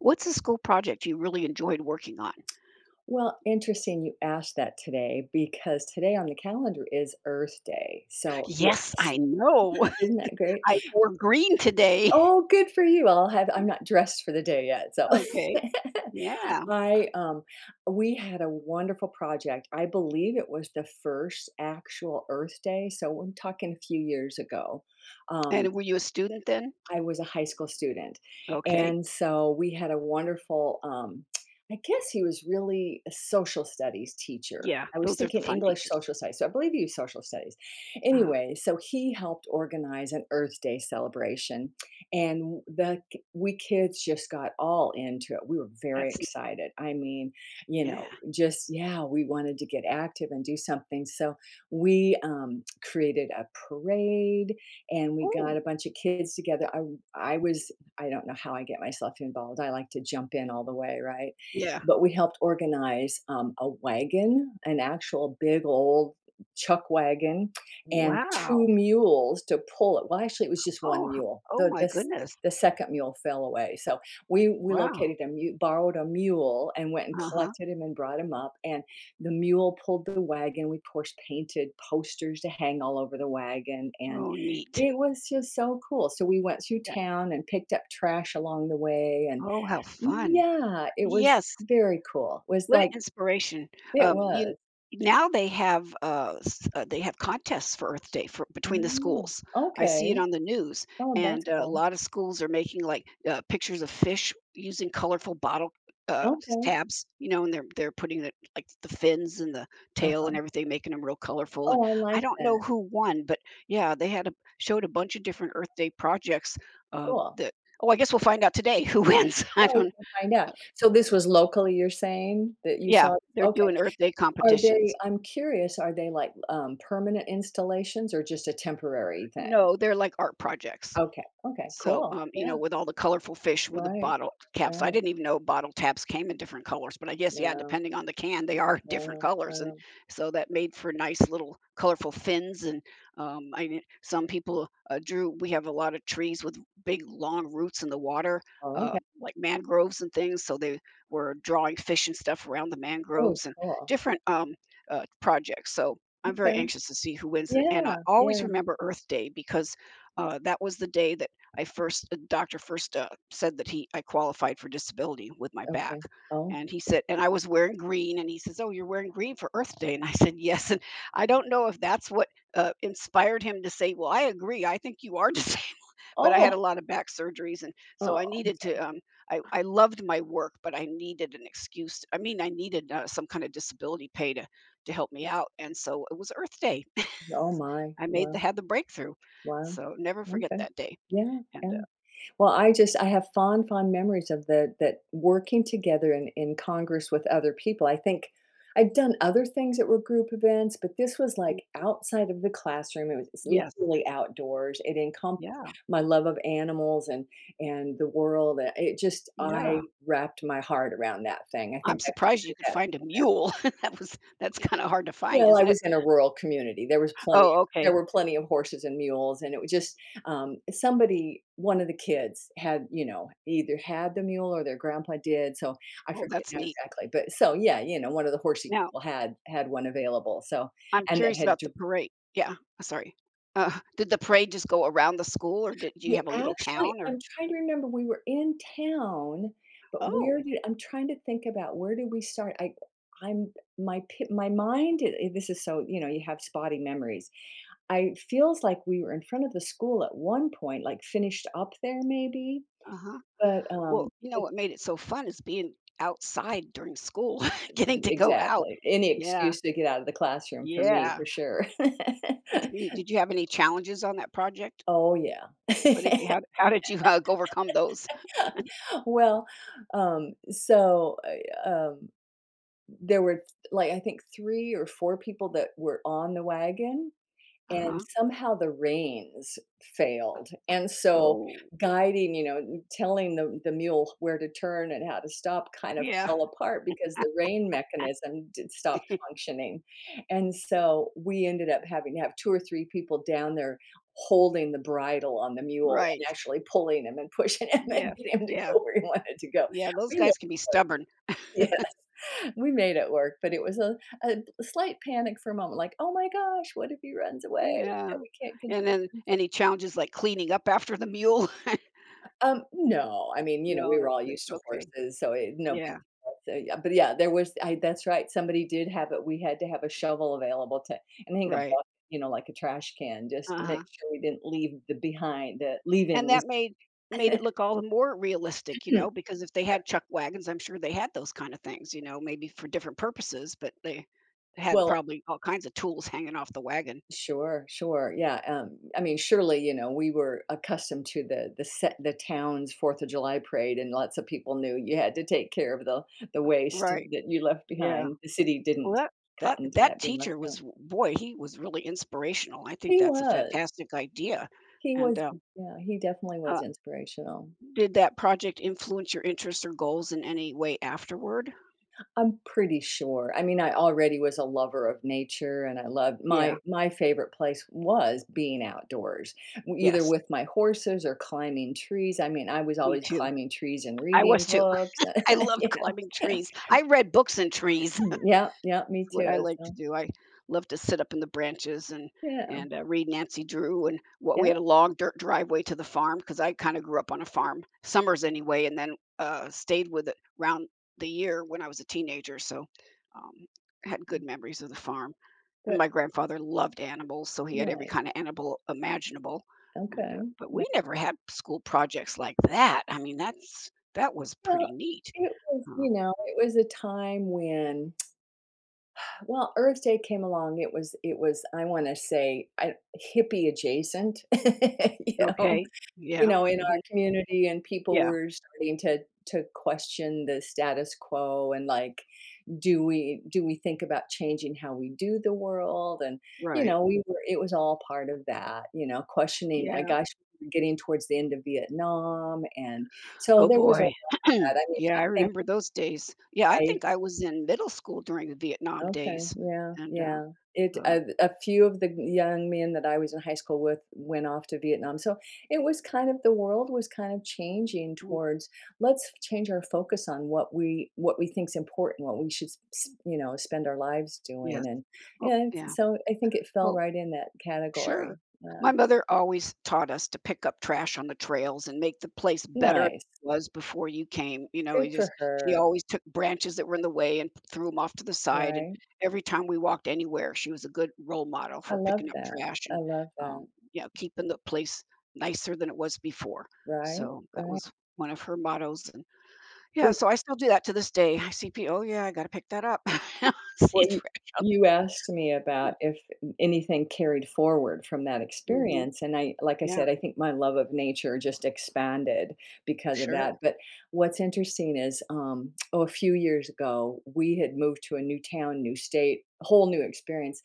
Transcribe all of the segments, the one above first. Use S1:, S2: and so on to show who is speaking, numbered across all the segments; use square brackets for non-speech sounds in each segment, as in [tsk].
S1: What's a school project you really enjoyed working on?
S2: Well, interesting you asked that today because today on the calendar is Earth Day. So
S1: Yes,
S2: it's
S1: I know.
S2: [laughs] isn't that great?
S1: [laughs] I wore green today. [laughs]
S2: Oh, good for you. I'll have I'm not dressed for the day yet. So
S1: Okay. Yeah.
S2: [laughs] I we had a wonderful project. I believe it was the first actual Earth Day. So we're talking a few years ago. Um
S1: And were you a student then?
S2: I was a high school student,
S1: Okay.
S2: and so we had a wonderful, I guess he was really a social studies teacher.
S1: Yeah.
S2: I was
S1: Those are the
S2: thinking
S1: fun
S2: English
S1: teachers.
S2: social studies, so I believe he was social studies.
S1: Uh-huh.
S2: Anyway, so he helped organize an Earth Day celebration, and the we kids just got all into it. We were very
S1: That's
S2: excited. I mean,
S1: Yeah.
S2: just yeah, we wanted to get active and do something. So we created a parade and we
S1: Oh,
S2: got a bunch of kids together. I was I don't know how I get myself involved. I like to jump in all the way, right?
S1: yeah.
S2: But we helped organize a wagon, an actual big old chuck wagon, and two
S1: Wow.
S2: mules to pull it. Well, actually, it was just
S1: Oh,
S2: one
S1: h
S2: mule.
S1: Oh
S2: The
S1: my
S2: this
S1: goodness.
S2: the second mule fell away, so we
S1: Wow.
S2: located a mule, borrowed a mule, and went and
S1: Uh-huh.
S2: collected him and brought him up. And the mule pulled the wagon. We of course painted posters to hang all over the wagon, and
S1: Oh, neat.
S2: it was just so cool. So we went through
S1: That
S2: town and picked up trash along the way, and
S1: Oh, how fun.
S2: yeah, it was
S1: Yes.
S2: very cool. It was
S1: What an
S2: like
S1: inspiration.
S2: it
S1: You
S2: was.
S1: Now they have they have contests for Earth Day for between the
S2: Oh,
S1: schools. I see it
S2: okay.
S1: on the news,
S2: Oh, that's
S1: and a
S2: cool.
S1: lot of schools are making like pictures of fish using colorful bottle
S2: Okay.
S1: tabs. And they're putting it like the fins and the tail
S2: Uh-huh.
S1: and everything, making them real colorful. And
S2: Oh, I
S1: I
S2: like
S1: don't know
S2: that.
S1: who won, but yeah, they showed a bunch of different Earth Day projects.
S2: Cool.
S1: That Oh, I guess we'll find out today who [laughs]
S2: Yeah,
S1: wins. I
S2: yeah, we
S1: don't.
S2: can find out. So this was locally, you're saying that you
S1: Yeah,
S2: saw
S1: they're
S2: okay.
S1: doing Earth Day
S2: Are they
S1: competitions.
S2: I'm curious, are they like, permanent installations or just a temporary thing?
S1: No, they're like art projects.
S2: Okay, okay,
S1: So,
S2: cool. Yeah,
S1: with all the colorful fish with the
S2: right,
S1: bottle caps, I
S2: right.
S1: didn't even know bottle caps came in different colors, but I guess, yeah,
S2: Wow.
S1: depending on the can, they are [laughs] different
S2: Wow,
S1: colors. And
S2: wow.
S1: so that made for nice little colorful fins. And I, didn't- some people we have a lot of trees with big long roots in the water,
S2: Oh, okay.
S1: like mangroves and things. So they were drawing fish and stuff around the
S2: Oh,
S1: mangroves and
S2: cool.
S1: different projects. So I'm very
S2: Okay.
S1: anxious to see who wins it. And I
S2: Yeah,
S1: always
S2: yeah.
S1: remember Earth Day because that was the day that the doctor first said that I qualified for disability with my back.
S2: Okay. Oh.
S1: And he said, and I was wearing green. And he says, "Oh, you're wearing green for Earth Day." And I said, "Yes." And I don't know if that's what inspired him to say, "Well, I agree. I think you are [laughs] disabled." But I had a
S2: Oh!
S1: lot of back surgeries. And so
S2: Oh, I'm sorry.
S1: I loved my work, but I needed an excuse. I mean, I needed some kind of disability pay to help me out. And so it was Earth Day.
S2: Oh
S1: [laughs]
S2: my.
S1: I
S2: Wow,
S1: had the breakthrough.
S2: wow.
S1: So never forget
S2: Okay.
S1: that day.
S2: Yeah,
S1: And
S2: yeah. Well, I just I have fond, fond memories of the that working together in Congress with other people. I think I'd done other things that were group events, but this was, like, outside of the classroom. It's
S1: yes.
S2: literally outdoors. It encompassed
S1: Yeah,
S2: my love of animals and the world, it just
S1: yeah.
S2: I wrapped my heart around that thing. I
S1: I'm
S2: think I
S1: surprised you
S2: carried
S1: could
S2: that
S1: find a mule. [laughs] That's kinda hard to find,
S2: well, I
S1: isn't it?
S2: was in a rural community. There was plenty of
S1: Oh, okay.
S2: there were plenty of horses and mules, and it was just, somebody one of the kids had, you know, either had the mule or their grandpa did, so I
S1: Well,
S2: forget
S1: that's
S2: now
S1: neat.
S2: exactly, but so, yeah, you know, one of the horsey
S1: Now,
S2: people had had one available, so
S1: I'm
S2: and that
S1: curious
S2: had
S1: about
S2: d
S1: the parade. Yeah, sorry. Did the parade just go around the school, or did you
S2: we
S1: have a little
S2: actually
S1: town or
S2: I'm trying to remember, we were in town, but where
S1: oh,
S2: did I'm trying to think about where did we start? I'm my pi my mind I this is so you know, you have spotty memories. I feels like we were in front of the school at one point, like, finished up there maybe,
S1: uh-huh. Well, you know
S2: but
S1: what made it so fun is being outside during school, [laughs] getting to go out.
S2: exactly. Any
S1: Yeah,
S2: excuse to get out of the classroom for me,
S1: yeah.
S2: for sure.
S1: That's neat.
S2: [laughs]
S1: Did you have any challenges on that project?
S2: Oh, yeah.
S1: What did you
S2: [laughs]
S1: how did you, overcome those?
S2: Well, um, so, uh, um, there were, like, I think 3 or 4 people that were on the wagon. And
S1: Uh-huh.
S2: somehow the reins failed, and so
S1: Oh,
S2: guiding, you know, telling the mule where to turn and how to stop kind of
S1: yeah.
S2: fell apart because the rein mechanism did stop functioning, and so we ended up having to have 2 or 3 people down there holding the bridle on the mule
S1: Right.
S2: and actually pulling him and pushing him [laughs] and
S1: Yeah.
S2: getting him to
S1: Yeah.
S2: go where he wanted to go.
S1: Yeah, those
S2: We made
S1: guys can be stubborn. [laughs]
S2: we made it work, but it was a slight panic for a moment, like, "Oh my gosh, what if he runs away?
S1: Yeah.
S2: And we can't
S1: And
S2: control
S1: then
S2: him"
S1: any challenges like cleaning up after the mule? [laughs]
S2: No, I mean, you know,
S1: No,
S2: we were
S1: that's
S2: all
S1: good.
S2: used to
S1: Okay.
S2: horses, so it no big
S1: Yeah.
S2: deal. So, yeah, but yeah, there was I that's right, somebody did have it we had to have a shovel available to and I think a
S1: Right.
S2: bucket, you know, like a trash can just to make
S1: Uh-huh.
S2: sure we didn't leave the behind the
S1: And
S2: leavings.
S1: that made it look
S2: [laughs]
S1: all the more realistic,
S2: [clears throat]
S1: because if they had
S2: Sure.
S1: chuck wagons, I'm sure they had those kind of things, maybe for different purposes, but they had
S2: Well
S1: probably all kinds of tools hanging off the wagon.
S2: Sure, sure. Yeah. I mean, surely, you know, we were accustomed to the town's Fourth of July parade, and lots of people knew you had to take care of the waste
S1: Right.
S2: that you left
S1: Yeah.
S2: behind. The city
S1: Well,
S2: didn't
S1: that that
S2: cotton to
S1: that
S2: that being left
S1: teacher
S2: behind.
S1: was boy, he was really inspirational. I think
S2: He
S1: that's a
S2: was.
S1: fantastic idea,
S2: He
S1: and,
S2: was
S1: um,
S2: yeah, he definitely
S1: uh,
S2: was inspirational.
S1: did that project influence your interests or goals in any way afterward?
S2: I'm pretty sure. I mean, I already was a lover of nature and I loved
S1: Yeah,
S2: my my favorite place was being outdoors, either
S1: yes,
S2: with my horses or climbing trees. I mean, I was
S1: me
S2: always
S1: too.
S2: climbing trees and
S1: I
S2: reading
S1: was too.
S2: books,
S1: [laughs] I
S2: [laughs]
S1: loved
S2: you
S1: climbing
S2: know.
S1: trees.
S2: [clears throat]
S1: I read books in trees.
S2: [laughs] yeah, yeah, me
S1: What I
S2: too.
S1: like to
S2: So,
S1: do. I love to sit up in the branches and
S2: yeah,
S1: and uh, read Nancy Drew, and what we
S2: yeah,
S1: had a long dirt driveway to the farm because I kind of grew up on a farm summers anyway, and then stayed with it round the year when I was a teenager. So um, had good memories of the farm. And
S2: but
S1: my grandfather loved animals, so he had every kind
S2: nice.
S1: of animal imaginable.
S2: Okay.
S1: But
S2: Nice.
S1: we never had school projects like that. I mean, that was
S2: Well,
S1: pretty neat.
S2: it was,
S1: Um,
S2: you know, it was a time when Well, Earth Day came along, it was, I wanna say, I hippie adjacent, [laughs] you know?
S1: okay.
S2: You
S1: Yeah.
S2: know, in our
S1: Mhm,
S2: community, and people
S1: yeah.
S2: were starting to question the status quo and, like, do we think about changing how we do the world? And, you
S1: Right.
S2: know, we were it was all part of that, you know, questioning,
S1: Yeah.
S2: gosh, we were getting towards the end of Vietnam, and so
S1: Oh,
S2: there was
S1: boy.
S2: all
S1: [clears throat]
S2: that. I mean,
S1: Yeah,
S2: I
S1: I
S2: think
S1: remember those days. Yeah, I
S2: I
S1: think I was in middle school during the Vietnam
S2: Okay,
S1: days,
S2: yeah,
S1: and,
S2: yeah. It
S1: uh, uh,
S2: a few of the young men that I was in high school with went off to Vietnam, so it was kind of the world was kind of changing
S1: mm,
S2: towards, "Let's change our focus on what we think's important, what we should s s you know, spend our lives
S1: yes.
S2: doing," and
S1: Oh,
S2: and
S1: yeah.
S2: so I think it fell
S1: Oh.
S2: right in that category.
S1: Sure.
S2: Yeah.
S1: My mother always taught us to pick up trash on the trails and make the place better than
S2: Nice.
S1: it was before you came. You know,
S2: Good
S1: it just
S2: for
S1: She
S2: her,
S1: always took branches that were in the way and threw them off to the side. And
S2: right?
S1: every time we walked anywhere, she was a good role model
S2: I
S1: for
S2: love
S1: picking up
S2: that.
S1: trash
S2: I
S1: and
S2: love
S1: um,
S2: that.
S1: you know, keeping the place nicer than it was before.
S2: Right,
S1: So that
S2: right.
S1: was one of her mottos. And yeah,
S2: We
S1: so I still do that to this day. I see people. Oh yeah, I got to pick that up. [laughs] See
S2: Well, you
S1: trash.
S2: you asked me about if anything carried forward from that
S1: Mhm.
S2: experience, and I like I
S1: Yeah,
S2: said, I think my love of nature just expanded because of
S1: sure.
S2: that, but what's interesting is, oh, a few years ago, we had moved to a new town, new state, whole new experience,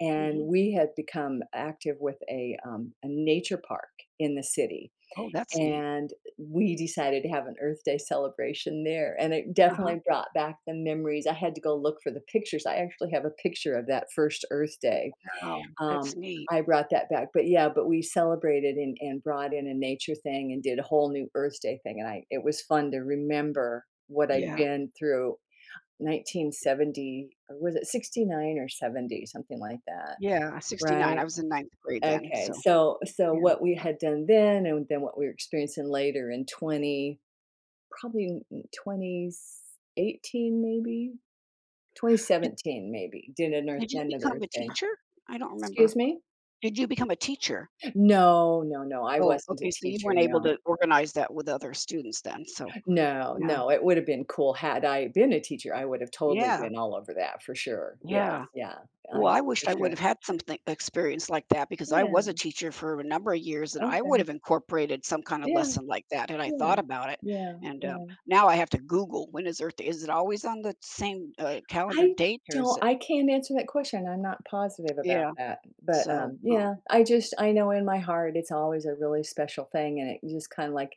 S2: and
S1: Hmm.
S2: we had become active with a nature park in the city,
S1: Oh, that's neat.
S2: and we decided to have an Earth Day celebration there, and it
S1: Uh-huh.
S2: definitely brought back the memories. I had to go look for the pictures. I actually have a picture of that first Earth Day.
S1: Oh,
S2: Um,
S1: that's neat.
S2: I brought that back, but yeah, but we celebrated and brought in a nature thing and did a whole new Earth Day thing, and I it was fun to remember what I'd
S1: Yeah.
S2: been through 1970 or was it 69 or 70 something like that
S1: Yeah, 69.
S2: right
S1: I was in ninth grade then,
S2: Okay,
S1: so,
S2: so so
S1: yeah.
S2: what we had done then and then what we were experiencing later in 20 probably 2018 maybe
S1: Did
S2: 2017 maybe did an earth,
S1: did you
S2: another
S1: become a
S2: earth day
S1: teacher? I don't remember.
S2: excuse me
S1: Did you become a teacher?
S2: no no no I
S1: Oh,
S2: wasn't a
S1: okay, so you
S2: teacher
S1: weren't able
S2: no
S1: to organize that with other students then, so
S2: no
S1: yeah.
S2: no it would have been cool had I been a teacher I would have totally
S1: Yeah,
S2: been all over that for sure yes
S1: yeah.
S2: yeah
S1: Well,
S2: I
S1: I
S2: for
S1: wished I would
S2: sure
S1: have had something experience like that because I was a
S2: yeah
S1: teacher for a number of years, and I would
S2: okay
S1: have incorporated some kind of
S2: yeah
S1: lesson like that had I
S2: yeah
S1: thought about it,
S2: yeah
S1: and,
S2: yeah
S1: now I have to Google when is Earth Day. Is it always on the same, calendar
S2: I
S1: date, or is
S2: don't
S1: it
S2: I can't answer that question, I'm not positive about
S1: yeah.
S2: that, but,
S1: So,
S2: yeah, I just I know in my heart it's always a really special thing, and it just kinda like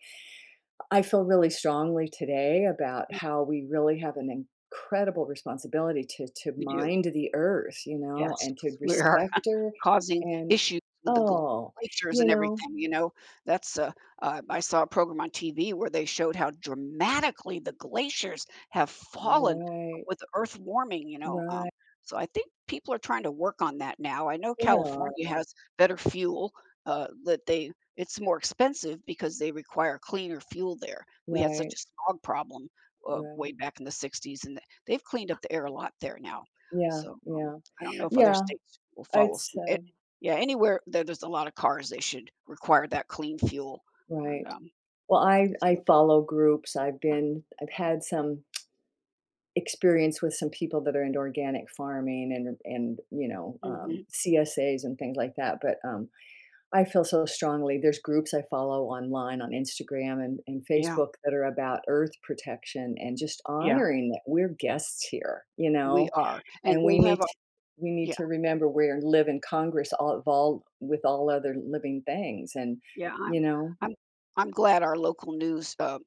S2: I feel really strongly today about how we really have an incredible responsibility to
S1: we do,
S2: mind the earth, you know,
S1: yes,
S2: and
S1: 'cause
S2: to
S1: we are
S2: respect her,
S1: causing
S2: and
S1: issues with the gl
S2: Oh,
S1: glaciers
S2: you
S1: and
S2: know?
S1: everything, you know? That's, uh, I saw a program on TV where they showed how dramatically the glaciers have fallen
S2: Right,
S1: with Earth warming, you know?
S2: right,
S1: So I think people are trying to work on that now. I know
S2: there are,
S1: California has better fuel, that they it's more expensive because they require cleaner fuel there. We had such
S2: right,
S1: a smog problem,
S2: right,
S1: way back in the 60s, and they've cleaned up the air a lot there now.
S2: yeah,
S1: So,
S2: yeah,
S1: I don't know if other
S2: yeah,
S1: states will follow
S2: it's,
S1: suit. It Yeah, anywhere that there's a lot of cars, they should require that clean fuel, and,
S2: Right. Well, I
S1: so
S2: follow groups. I've been I've had some experience with some people that are into organic farming and you know
S1: mhm,
S2: CSAs and things like that. But I feel so strongly. There's groups I follow online on Instagram and
S1: yeah,
S2: Facebook that are about earth protection and just
S1: yeah,
S2: honoring that we're guests here, you
S1: we
S2: know,
S1: are, and
S2: and
S1: we'll have a
S2: we need
S1: yeah,
S2: to remember we are live in Congress all involved with all other living things, and
S1: yeah,
S2: you know,
S1: I'm I'm glad our local news,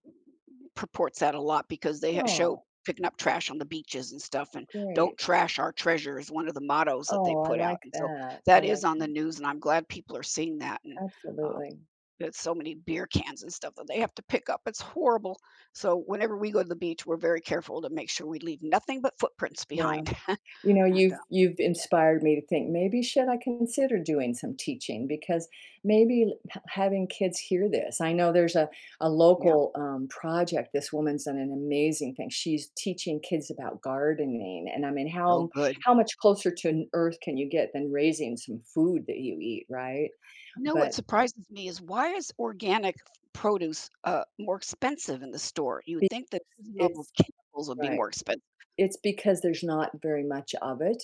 S1: purports that a lot because they show
S2: oh,
S1: picking up trash on the beaches and stuff, and "Don't
S2: great.
S1: trash our treasure" is one of the mottos that they
S2: Oh, I
S1: put out,
S2: like
S1: and so
S2: that. I
S1: that is
S2: like
S1: on the news, and I'm glad people are seeing that, and um,
S2: absolutely.
S1: there's so many beer cans and stuff that they have to pick up, it's horrible. So whenever we go to the beach, we're very careful to make sure we leave nothing but footprints
S2: Yeah.
S1: behind. [laughs]
S2: You know,
S1: And
S2: you've inspired me to think maybe should I consider doing some teaching because maybe having kids hear this. I know there's a
S1: yeah,
S2: local project. This woman's done an amazing thing. She's teaching kids about gardening, and I mean,
S1: so good.
S2: how much closer to an earth can you get than raising some food that you eat, right?
S1: You know what
S2: But
S1: surprises me is why is organic produce more expensive in the store? You would think that
S2: because
S1: using all those
S2: it's
S1: chemicals would be
S2: right.
S1: more expensive.
S2: It's because there's not very much of it,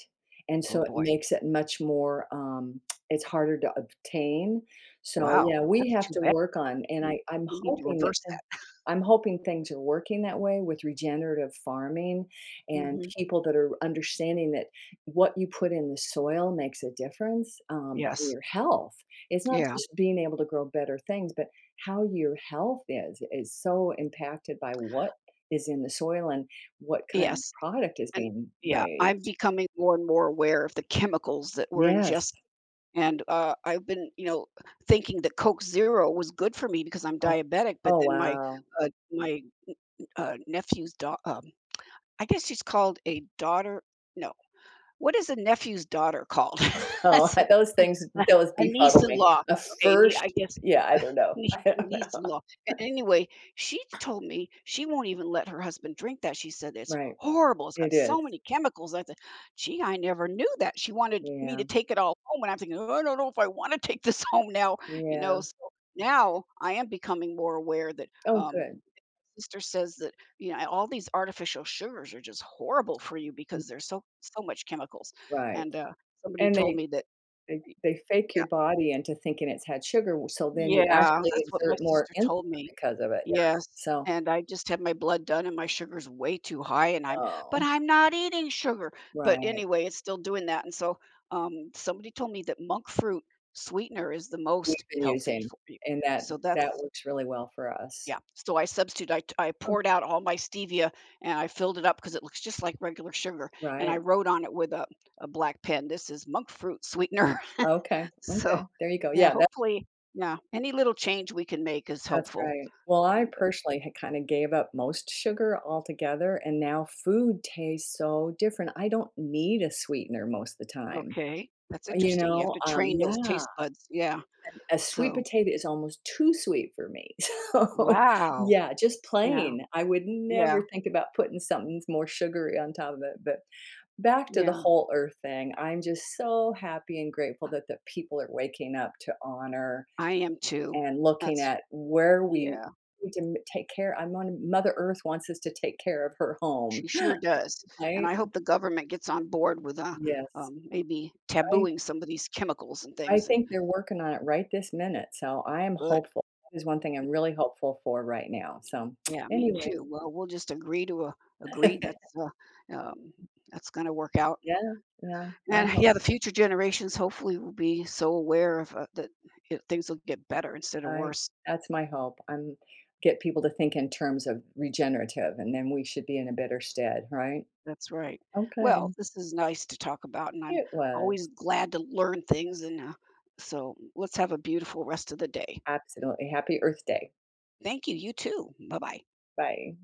S2: and
S1: Oh,
S2: so it
S1: boy.
S2: makes it much more, it's harder to obtain. So,
S1: Wow,
S2: yeah, we
S1: that's
S2: have
S1: too
S2: to
S1: bad.
S2: work on and
S1: We
S2: I'm
S1: we need to
S2: hoping that
S1: reverse
S2: thi
S1: that.
S2: I'm hoping things are working that way with regenerative farming and
S1: Mhm.
S2: people that are understanding that what you put in the soil makes a difference, on
S1: Yes.
S2: your health. It's not
S1: Yeah.
S2: just being able to grow better things, but how your health is so impacted by what is in the soil and what kind of
S1: Yes.
S2: product is
S1: And
S2: being
S1: yeah, I'm
S2: raised?
S1: becoming more and more aware of the chemicals that we're
S2: Yes.
S1: ingesting, and, I've been, you know, thinking that Coke Zero was good for me because I'm
S2: Oh
S1: diabetic, but
S2: oh,
S1: then
S2: wow.
S1: uh my, nephew's daugh I guess she's called a daughter. No, what is a nephew's daughter called? [laughs]
S2: Oh, [laughs] those things
S1: [laughs] Uh,
S2: those
S1: a
S2: befuddle me.
S1: niece-in-law.
S2: The
S1: Okay, nee I
S2: first
S1: guess
S2: yeah,
S1: [laughs]
S2: I
S1: a
S2: don't know. [laughs] I don't know.
S1: niece-in-law. A Anyway, she told me she won't even let her husband drink that. She said, "It's
S2: Right.
S1: horrible. It's
S2: It
S1: got
S2: is.
S1: so many chemicals." I said, "Gee, I never knew that." She wanted me to
S2: Yeah.
S1: take it all home, and I'm thinking, "Oh, I don't know if I wanna take this [laughs] home now," you
S2: Yeah.
S1: know? So, now I am becoming more aware that,
S2: Oh, good.
S1: sister says that, you know, all these artificial sugars are just horrible for you
S2: Mm,
S1: because there's so much chemicals,
S2: right.
S1: and, somebody
S2: And
S1: told me that
S2: they fake
S1: yeah.
S2: your body into thinking it's had sugar, w so then you
S1: Yeah,
S2: actually
S1: that's what my
S2: exert more
S1: sister
S2: insulin
S1: told me.
S2: because of it, yeah.
S1: Yes,
S2: So
S1: and I just had my blood done and my sugar's way too high, and I'm but
S2: oh,
S1: I'm not eating sugar. But
S2: right.
S1: anyway, it's still doing that, and so, somebody told me that monk fruit sweetener is the
S2: We've
S1: most
S2: been
S1: healthy
S2: using
S1: for you.
S2: and that
S1: So
S2: that
S1: that's
S2: works really well for us.
S1: Yeah, so I substitute I t I poured
S2: Okay.
S1: out all my stevia and I filled it up because it looks just like regular sugar, and I
S2: Right.
S1: wrote on it with a black pen, "This is monk fruit sweetener."
S2: Okay,
S1: [laughs] So,
S2: okay, there you go.
S1: yeah,
S2: Yeah, that
S1: hopefully yeah, any little change we can make is
S2: that's
S1: helpful.
S2: right. Well, I
S1: And,
S2: personally had kinda gave up most sugar altogether, and now food tastes so different. I don't need a sweetener most of the time,
S1: okay, that's
S2: you
S1: interesting. You have
S2: know?
S1: to train those
S2: Yeah,
S1: taste buds. Yeah.
S2: a sweet
S1: So,
S2: potato is almost too sweet for me. [laughs] So,
S1: wow.
S2: yeah, just
S1: Yeah.
S2: plain. I would
S1: Yeah.
S2: never think about putting something more sugary on top of it, but back to the
S1: Yeah.
S2: whole earth thing, I'm just so happy and grateful that the people are waking up to honor
S1: I am too.
S2: and looking
S1: That's
S2: at where we
S1: Yeah,
S2: need to take care. I'm on Mother Earth wants us to take care of her home.
S1: she sure does.
S2: [laughs]
S1: And
S2: right?
S1: I hope the government gets on board with,
S2: yes,
S1: maybe
S2: I
S1: tabooing some of these chemicals and
S2: I
S1: things, and
S2: think they're working on it right this minute. So I am
S1: good.
S2: hopeful. That is one thing I'm really hopeful for right now. So [sniffs]
S1: Yeah,
S2: [tsk]
S1: me
S2: anyway,
S1: too. Well, we'll just agree to, agree
S2: [laughs]
S1: um, that's gonna work out.
S2: yeah, yeah. I
S1: And
S2: hope
S1: yeah, the future generations hopefully will be so aware of that things will get better instead of
S2: I
S1: worse.
S2: that's my hope. I'm get people to think in terms of regenerative, and then we should be in a better stead, right?
S1: That's right. Well,
S2: Okay,
S1: this is nice to talk about, and I'm
S2: it was
S1: always glad to learn things. And so let's have a beautiful rest of the day.
S2: absolutely happy Earth Day.
S1: Thank you. You too. Bye bye.
S2: Bye.